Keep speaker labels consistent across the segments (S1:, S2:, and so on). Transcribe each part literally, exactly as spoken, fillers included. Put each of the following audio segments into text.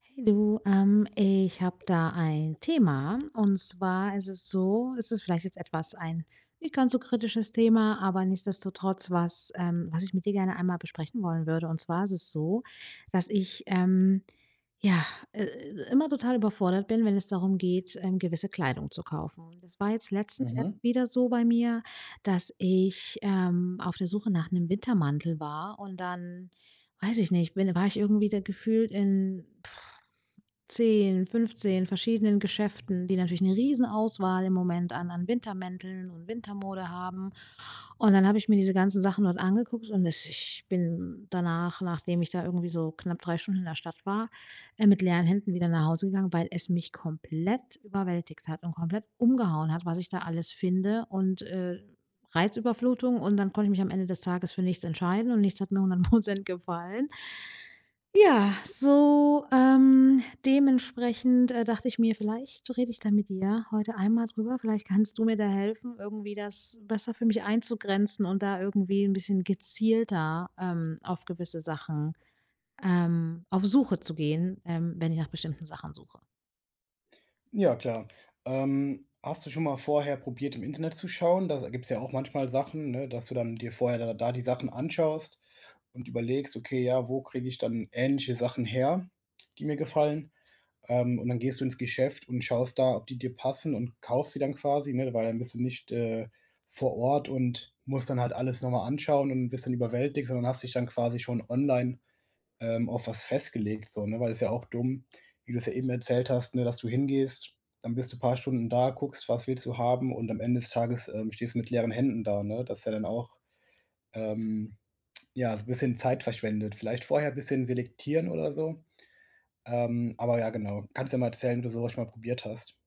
S1: Hey du, ähm, ich habe da ein Thema und zwar ist es so, es ist vielleicht jetzt etwas ein nicht ganz so kritisches Thema, aber nichtsdestotrotz was, ähm, was ich mit dir gerne einmal besprechen wollen würde. Und zwar ist es so, dass ich ähm, ja äh, immer total überfordert bin, wenn es darum geht, ähm, gewisse Kleidung zu kaufen. Das war jetzt letztens erst
S2: Mhm.
S1: wieder so bei mir, dass ich ähm, auf der Suche nach einem Wintermantel war und dann Weiß ich nicht, bin war ich irgendwie da gefühlt in pff, zehn, fünfzehn verschiedenen Geschäften, die natürlich 'ne Riesenauswahl im Moment an an Wintermänteln und Wintermode haben. Und dann habe ich mir diese ganzen Sachen dort angeguckt und es ich bin danach, nachdem ich da irgendwie so knapp drei Stunden in der Stadt war, äh, mit leeren Händen wieder nach Hause gegangen, weil es mich komplett überwältigt hat und komplett umgehauen hat, was ich da alles finde und, äh, Reizüberflutung, und dann konnte ich mich am Ende des Tages für nichts entscheiden und nichts hat mir hundert Prozent gefallen. Ja, so, ähm, dementsprechend, äh, dachte ich mir, vielleicht rede ich da mit dir heute einmal drüber. Vielleicht kannst du mir da helfen, irgendwie das besser für mich einzugrenzen und da irgendwie ein bisschen gezielter, ähm, auf gewisse Sachen, ähm auf Suche zu gehen, ähm, wenn ich nach bestimmten Sachen suche.
S2: Ja, klar. Ähm, hast du schon mal vorher probiert, im Internet zu schauen? Da gibt es ja auch manchmal Sachen, ne, dass du dann dir vorher da da die Sachen anschaust und überlegst: „Okay, ja, wo kriege ich dann ähnliche Sachen her, die mir gefallen?“ Ähm, und dann gehst du ins Geschäft und schaust da, ob die dir passen und kaufst sie dann quasi, ne? Weil dann bist du nicht, äh, vor Ort und musst dann halt alles noch mal anschauen und bist dann überwältigt, sondern hast dich dann quasi schon online ähm, auf was festgelegt so, ne? Weil ist ja auch dumm, wie du es ja eben erzählt hast, ne, dass du hingehst, dann bist du ein paar Stunden da, guckst, was willst du haben und am Ende des Tages, ähm, stehst du mit leeren Händen da, ne? Das ist ja dann auch ähm, ja, so 'n bisschen Zeit verschwendet. Vielleicht vorher ein bisschen selektieren oder so. Ähm, aber ja, genau. Kannst ja mal erzählen, wie du sowas mal probiert hast?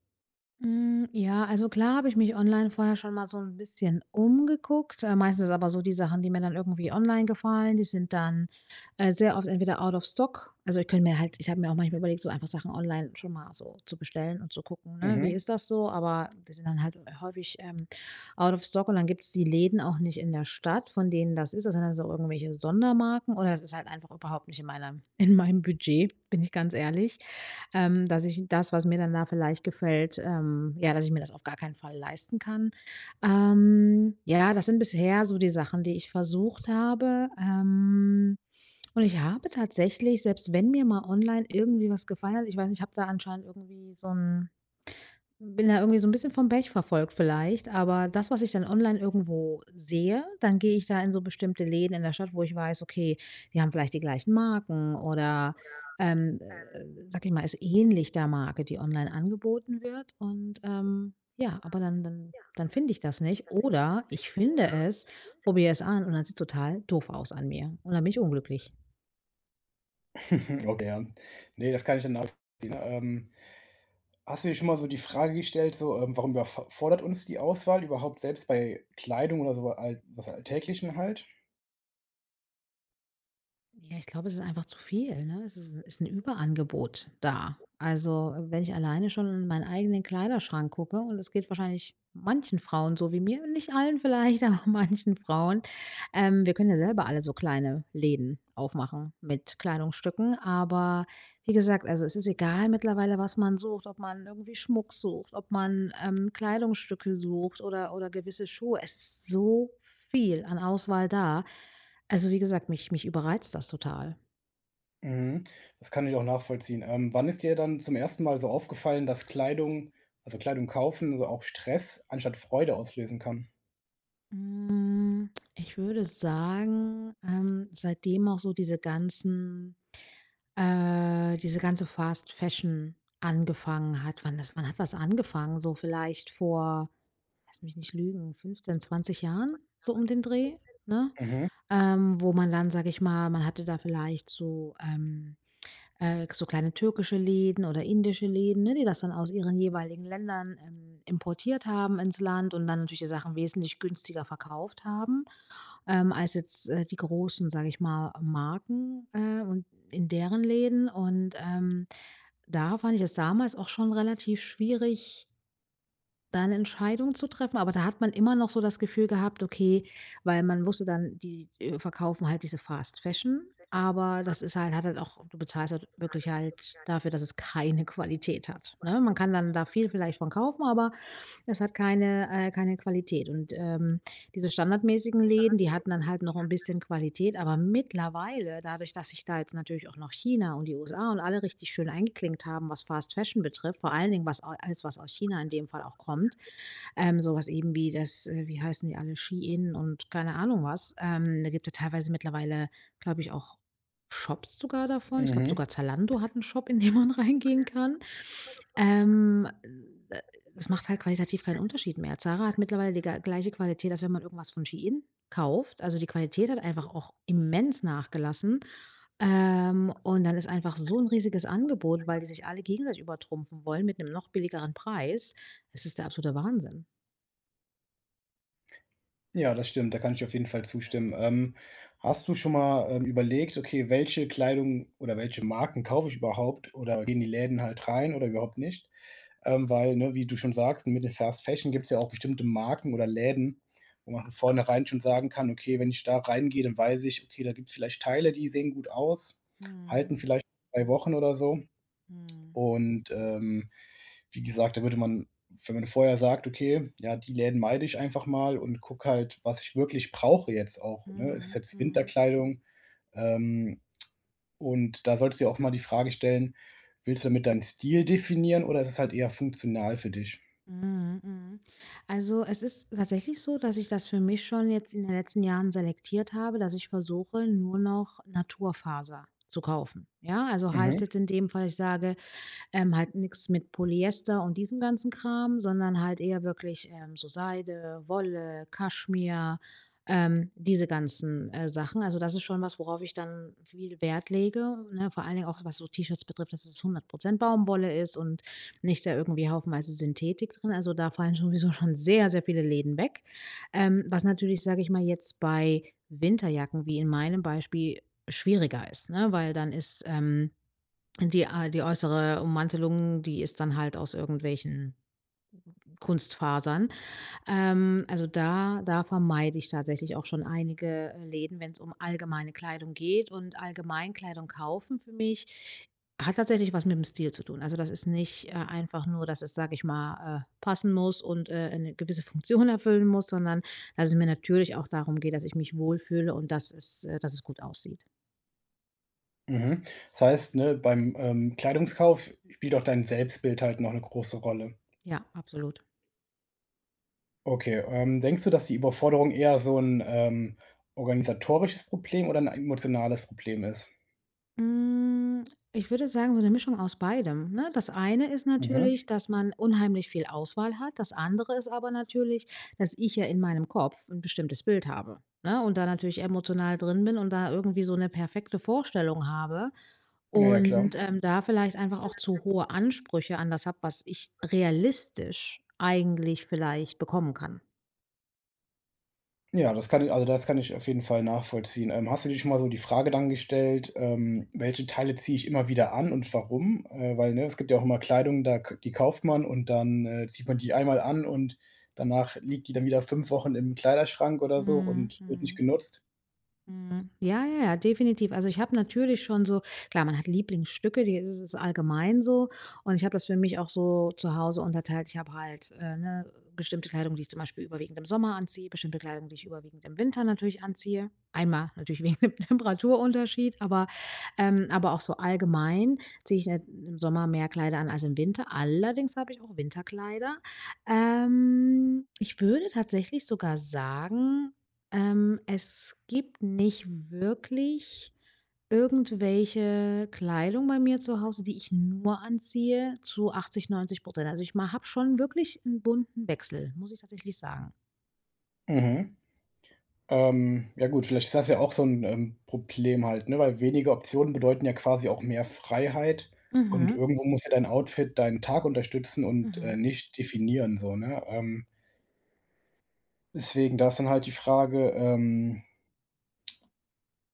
S1: Hm, ja, also klar habe ich mich online vorher schon mal so ein bisschen umgeguckt, äh, meistens aber so die Sachen, die mir dann irgendwie online gefallen, die sind dann, äh, sehr oft entweder out of stock. Also, ich könnte mir halt, ich habe mir auch manchmal überlegt, so einfach Sachen online schon mal so zu bestellen und zu gucken, ne, wie
S2: Mhm.
S1: ist das so? Aber die sind dann halt äh, häufig, ähm, out of stock, und dann gibt's die Läden auch nicht in der Stadt, von denen das ist. Das sind dann so irgendwelche Sondermarken oder es ist halt einfach überhaupt nicht in meiner in meinem Budget, bin ich ganz ehrlich, ähm, dass ich das, was mir dann da vielleicht gefällt, ähm, ja, dass ich mir das auf gar keinen Fall leisten kann. Ähm, ja, das sind bisher so die Sachen, die ich versucht habe. Ähm, und ich habe tatsächlich, selbst wenn mir mal online irgendwie was gefallen hat, ich weiß nicht, ich habe da anscheinend irgendwie so 'n bin da irgendwie so 'n bisschen vom Pech verfolgt vielleicht, aber das, was ich dann online irgendwo sehe, dann gehe ich da in so bestimmte Läden in der Stadt, wo ich weiß, okay, die haben vielleicht die gleichen Marken oder, ähm, äh, sage ich mal, ist ähnlich der Marke, die online angeboten wird, und, ähm, ja, aber dann dann dann finde ich das nicht oder ich finde es, probiere es an und dann sieht's total doof aus an mir und dann bin ich unglücklich.
S2: Okay, ja. Ne, das kann ich dann nachvollziehen. Ähm, Hast du dir schon mal so die Frage gestellt, so, ähm, warum überf fordert uns die Auswahl überhaupt selbst bei Kleidung oder so al was Alltäglichen halt?
S1: Ja, ich glaube, es ist einfach zu viel, ne? Es ist 'n ist 'n Überangebot da. Also, äh, wenn ich alleine schon in meinen eigenen Kleiderschrank gucke, und es geht wahrscheinlich manchen Frauen so wie mir, nicht allen vielleicht, aber manchen Frauen. Ähm, wir können ja selber alle so kleine Läden aufmachen mit Kleidungsstücken, aber wie gesagt, also, es ist egal mittlerweile, was man sucht, ob man irgendwie Schmuck sucht, ob man, ähm, Kleidungsstücke sucht oder oder gewisse Schuhe. Es ist so viel an Auswahl da. Also, wie gesagt, mich mich überreizt das total.
S2: Mhm, das kann ich auch nachvollziehen. Ähm, wann ist dir dann zum ersten Mal so aufgefallen, dass Kleidung also Kleidung kaufen, also auch Stress anstatt Freude auslösen kann?
S1: Hm, ich würde sagen, ähm, seitdem auch so diese ganzen äh, diese ganze Fast Fashion angefangen hat. Wann das wann hat das angefangen? So vielleicht vor, lass mich nicht lügen, fünfzehn, zwanzig Jahren, so um den Dreh, ne?
S2: Mhm,
S1: Ähm, wo man dann, sage ich mal, man hatte da vielleicht so, ähm Äh, so kleine türkische Läden oder indische Läden, ne, die das dann aus ihren jeweiligen Ländern, ähm, importiert haben ins Land und dann natürlich die Sachen wesentlich günstiger verkauft haben, ähm, als jetzt, äh, die großen, sage ich mal, Marken, äh, und in deren Läden. Und, ähm, da fand ich es damals auch schon relativ schwierig, da 'ne Entscheidung zu treffen, aber da hat man immer noch so das Gefühl gehabt, okay, weil man wusste dann, die, äh, verkaufen halt diese Fast Fashion, aber das ist halt hat halt auch du bezahlst halt wirklich halt dafür, dass es keine Qualität hat, ne? Man kann dann da viel vielleicht von kaufen, aber es hat keine äh, keine Qualität, und, ähm, diese standardmäßigen Läden, die hatten dann halt noch ein bisschen Qualität, aber mittlerweile, dadurch, dass sich da jetzt natürlich auch noch China und die U S A und alle richtig schön eingeklinkt haben, was Fast Fashion betrifft, vor allen Dingen was a alles, was aus China in dem Fall auch kommt, ähm, so eben wie das äh, wie heißen die alle? Shein und keine Ahnung was. Ähm, da gibt ja teilweise mittlerweile, glaube ich, auch Shops sogar davon. Ich glaube,
S2: mhm.
S1: sogar Zalando hat einen Shop, in den man reingehen kann. Ähm, äh, das macht halt qualitativ keinen Unterschied mehr. Zara hat mittlerweile die ge gleiche Qualität, als wenn man irgendwas von Shein kauft. Also, die Qualität hat einfach auch immens nachgelassen. Ähm, und dann ist einfach so ein riesiges Angebot, weil die sich alle gegenseitig übertrumpfen wollen mit einem noch billigeren Preis. Es ist der absolute Wahnsinn.
S2: Ja, das stimmt, da kann ich auf jeden Fall zustimmen. Ähm, hast du schon mal, ähm, überlegt: „Okay, welche Kleidung oder welche Marken kaufe ich überhaupt oder gehe in die Läden halt rein oder überhaupt nicht?“ Ähm, weil, ne, wie du schon sagst, mit den Fast Fashion gibt es ja auch bestimmte Marken oder Läden, wo man von vornherein schon sagen kann: „Okay, wenn ich da reingehe, dann weiß ich, okay, da gibt es vielleicht Teile, die sehen gut aus,
S1: Mhm.
S2: halten vielleicht zwei Wochen oder so.“
S1: Mhm.
S2: Und, ähm, wie gesagt, da würde man wenn man vorher sagt: „Okay, ja, die Läden meide ich einfach mal und guck halt, was ich wirklich brauche jetzt auch, ne? Ist es
S1: Mhm.
S2: jetzt
S1: Mhm.
S2: Winterkleidung?“ Ähm, und da solltest du dir auch mal die Frage stellen: „Willst du damit deinen Stil definieren oder ist es halt eher funktional für dich?“
S1: Mhm, mhm. Also, es ist tatsächlich so, dass ich das für mich schon jetzt in den letzten Jahren selektiert habe, dass ich versuche, nur noch Naturfaser zu kaufen. Ja, also heißt
S2: Mhm,
S1: jetzt in dem Fall, ich sage, ähm, halt nichts mit Polyester und diesem ganzen Kram, sondern halt eher wirklich ähm, so Seide, Wolle, Kaschmir, ähm, diese ganzen äh, Sachen. Also das ist schon was, worauf ich dann viel Wert lege. Ne? Vor allen Dingen auch, was so T-Shirts betrifft, dass es hundert Prozent Baumwolle ist und nicht da irgendwie haufenweise Synthetik drin, also da fallen sowieso schon sehr, sehr viele Läden weg. Ähm, was natürlich, sage ich mal, jetzt bei Winterjacken, wie in meinem Beispiel, schwieriger ist, ne? Weil dann ist, ähm, die, äh die äußere Ummantelung, die ist dann halt aus irgendwelchen Kunstfasern, ähm, also da da vermeide ich tatsächlich auch schon einige, äh, Läden, wenn es um allgemeine Kleidung geht, und allgemein Kleidung kaufen für mich hat tatsächlich was mit dem Stil zu tun. Also, das ist nicht, äh, einfach nur, dass es, sage ich mal, äh, passen muss und, äh, eine gewisse Funktion erfüllen muss, sondern dass es mir natürlich auch darum geht, dass ich mich wohlfühle und dass es äh, dass es gut aussieht.
S2: mhm. Das heißt, ne, beim, ähm, Kleidungskauf spielt auch dein Selbstbild halt noch eine große Rolle.
S1: Ja, absolut.
S2: Okay, ähm, denkst du, dass die Überforderung eher so ein ähm, organisatorisches Problem oder ein emotionales Problem ist?
S1: Hm, ich würde sagen, so 'ne Mischung aus beidem, ne? Das eine ist
S2: Mhm.
S1: natürlich, dass man unheimlich viel Auswahl hat. Das andere ist aber natürlich, dass ich ja in meinem Kopf ein bestimmtes Bild habe, ne? Und da natürlich emotional drin bin und da irgendwie so eine perfekte Vorstellung habe,
S2: Ja, ja,
S1: und,
S2: klar.
S1: ähm, da vielleicht einfach auch zu hohe Ansprüche an das habe, was ich realistisch eigentlich vielleicht bekommen kann.
S2: Ja, das kann ich also, das kann ich auf jeden Fall nachvollziehen. Ähm, hast du dir schon mal so die Frage dann gestellt, ähm, welche Teile ziehe ich immer wieder an und warum? Äh, weil, ne, es gibt ja auch immer Kleidung, da k die kauft man und dann, äh, zieht man die einmal an und danach liegt die dann wieder fünf Wochen im Kleiderschrank oder so
S1: Mhm,
S2: und wird nicht
S1: mhm.
S2: genutzt.
S1: Mhm. Ja, ja, ja, definitiv. Also ich habe natürlich schon so, klar, man hat Lieblingsstücke, die, das ist allgemein so. Und ich habe das für mich auch so zu Hause unterteilt. Ich habe halt äh, ne, bestimmte Kleidung, die ich zum Beispiel überwiegend im Sommer anziehe, bestimmte Kleidung, die ich überwiegend im Winter natürlich anziehe. Einmal natürlich wegen dem Temperaturunterschied, aber, ähm, aber auch so allgemein ziehe ich ne- im Sommer mehr Kleider an als im Winter. Allerdings habe ich auch Winterkleider. Ähm, ich würde tatsächlich sogar sagen, ähm, es gibt nicht wirklich irgendwelche Kleidung bei mir zu Hause, die ich nur anziehe zu achtzig, neunzig Prozent. Also, ich ma habe schon wirklich einen bunten Wechsel, muss ich tatsächlich sagen.
S2: Mhm. Ähm, ja gut, vielleicht ist das ja auch so 'n, ähm, Problem halt, ne, weil weniger Optionen bedeuten ja quasi auch mehr Freiheit und
S1: Mhm,
S2: irgendwo muss ja dein Outfit deinen Tag unterstützen und, äh,
S1: mhm.
S2: nicht definieren so, ne? Ähm, deswegen da ist dann halt die Frage, ähm,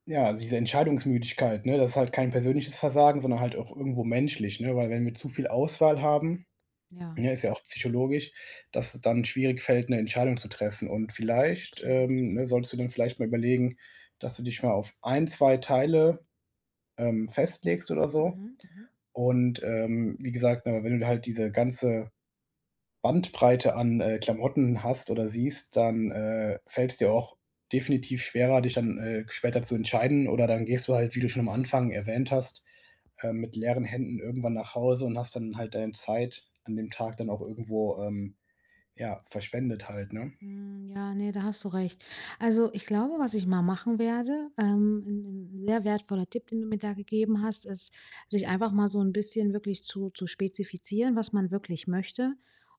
S2: ja, also diese Entscheidungsmüdigkeit, ne? Das ist halt kein persönliches Versagen, sondern halt auch irgendwo menschlich, ne? Weil wenn wir zu viel Auswahl haben.
S1: Ja,
S2: Ja, ist ja auch psychologisch, dass es dann schwierig fällt, 'ne Entscheidung zu treffen. Und vielleicht,
S1: absolut.
S2: ähm, ne, solltest du dann vielleicht mal überlegen, dass du dich mal auf ein zwei Teile, ähm, festlegst oder so.
S1: Mhm, mhm.
S2: Und, ähm, wie gesagt, ne, wenn du halt diese ganze Bandbreite an, äh, Klamotten hast oder siehst, dann, äh, fällt's dir auch definitiv schwerer, dich dann, äh, später zu entscheiden oder dann gehst du halt, wie du schon am Anfang erwähnt hast, ähm, mit leeren Händen irgendwann nach Hause und hast dann halt deine Zeit an dem Tag dann auch irgendwo, ähm ja, verschwendet halt, ne?
S1: Hm, ja, ne, da hast du recht. Also, ich glaube, was ich mal machen werde, ähm, 'n 'n sehr wertvoller Tipp, den du mir da gegeben hast, ist, sich einfach mal so ein bisschen wirklich zu zu spezifizieren, was man wirklich möchte.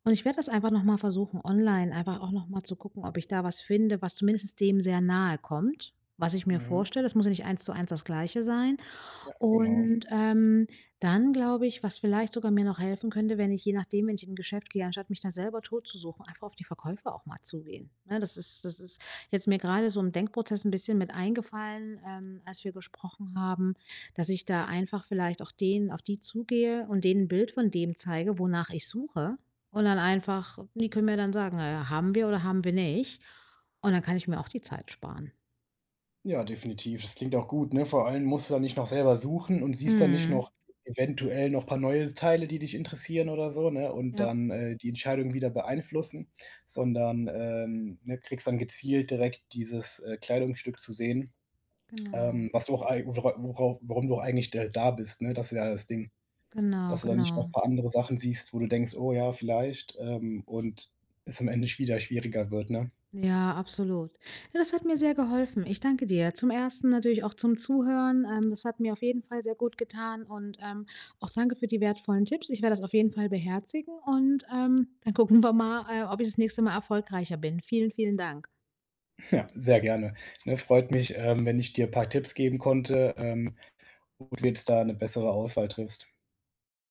S1: Und ich werde das einfach noch mal versuchen, online einfach auch noch mal zu gucken, ob ich da was finde, was zumindest dem sehr nahe kommt, was ich mir
S2: Mhm.
S1: vorstelle. Das muss ja nicht eins zu eins das Gleiche sein,
S2: Ja, genau.
S1: und, ähm, dann glaube ich, was vielleicht sogar mir noch helfen könnte, wenn ich je nachdem, wenn ich in 'n Geschäft gehe, anstatt mich da selber totzusuchen, einfach auf die Verkäufer auch mal zugehen, ne? Das ist das ist jetzt mir gerade so im Denkprozess ein bisschen mit eingefallen, ähm, als wir gesprochen haben, dass ich da einfach vielleicht auch denen auf die zugehe und denen 'n Bild von dem zeige, wonach ich suche. Und dann einfach die können mir dann sagen: „Äh, haben wir oder haben wir nicht?“ Und dann kann ich mir auch die Zeit sparen.
S2: Ja, definitiv. Das klingt auch gut, ne? Vor allem musst du dann nicht noch selber suchen und siehst dann nicht
S1: Mhm.
S2: noch eventuell noch paar neue Teile, die dich interessieren oder so, ne? Und
S1: Ja,
S2: dann, äh, die Entscheidung wieder beeinflussen, sondern, ähm, ne, kriegst dann gezielt direkt dieses, äh, Kleidungsstück zu sehen,
S1: genau.
S2: ähm, was du auch ei wora wora warum du auch eigentlich da da bist, ne? Das ist ja das Ding,
S1: Genau,
S2: dass du dann nicht noch
S1: genau.
S2: ein paar andere Sachen siehst, wo du denkst: „Oh ja, vielleicht“, ähm, und es am Ende wieder schwieriger wird, ne?
S1: Ja, absolut. Ja, das hat mir sehr geholfen. Ich danke dir. Zum Ersten natürlich auch zum Zuhören. Ähm, das hat mir auf jeden Fall sehr gut getan, und ähm, auch danke für die wertvollen Tipps. Ich werde das auf jeden Fall beherzigen, und ähm, dann gucken wir mal, äh, ob ich das nächste Mal erfolgreicher bin. Vielen, vielen Dank.
S2: Ja, sehr gerne. Ne, freut mich, ähm, wenn ich dir ein paar Tipps geben konnte, ähm, und du jetzt da eine bessere Auswahl triffst.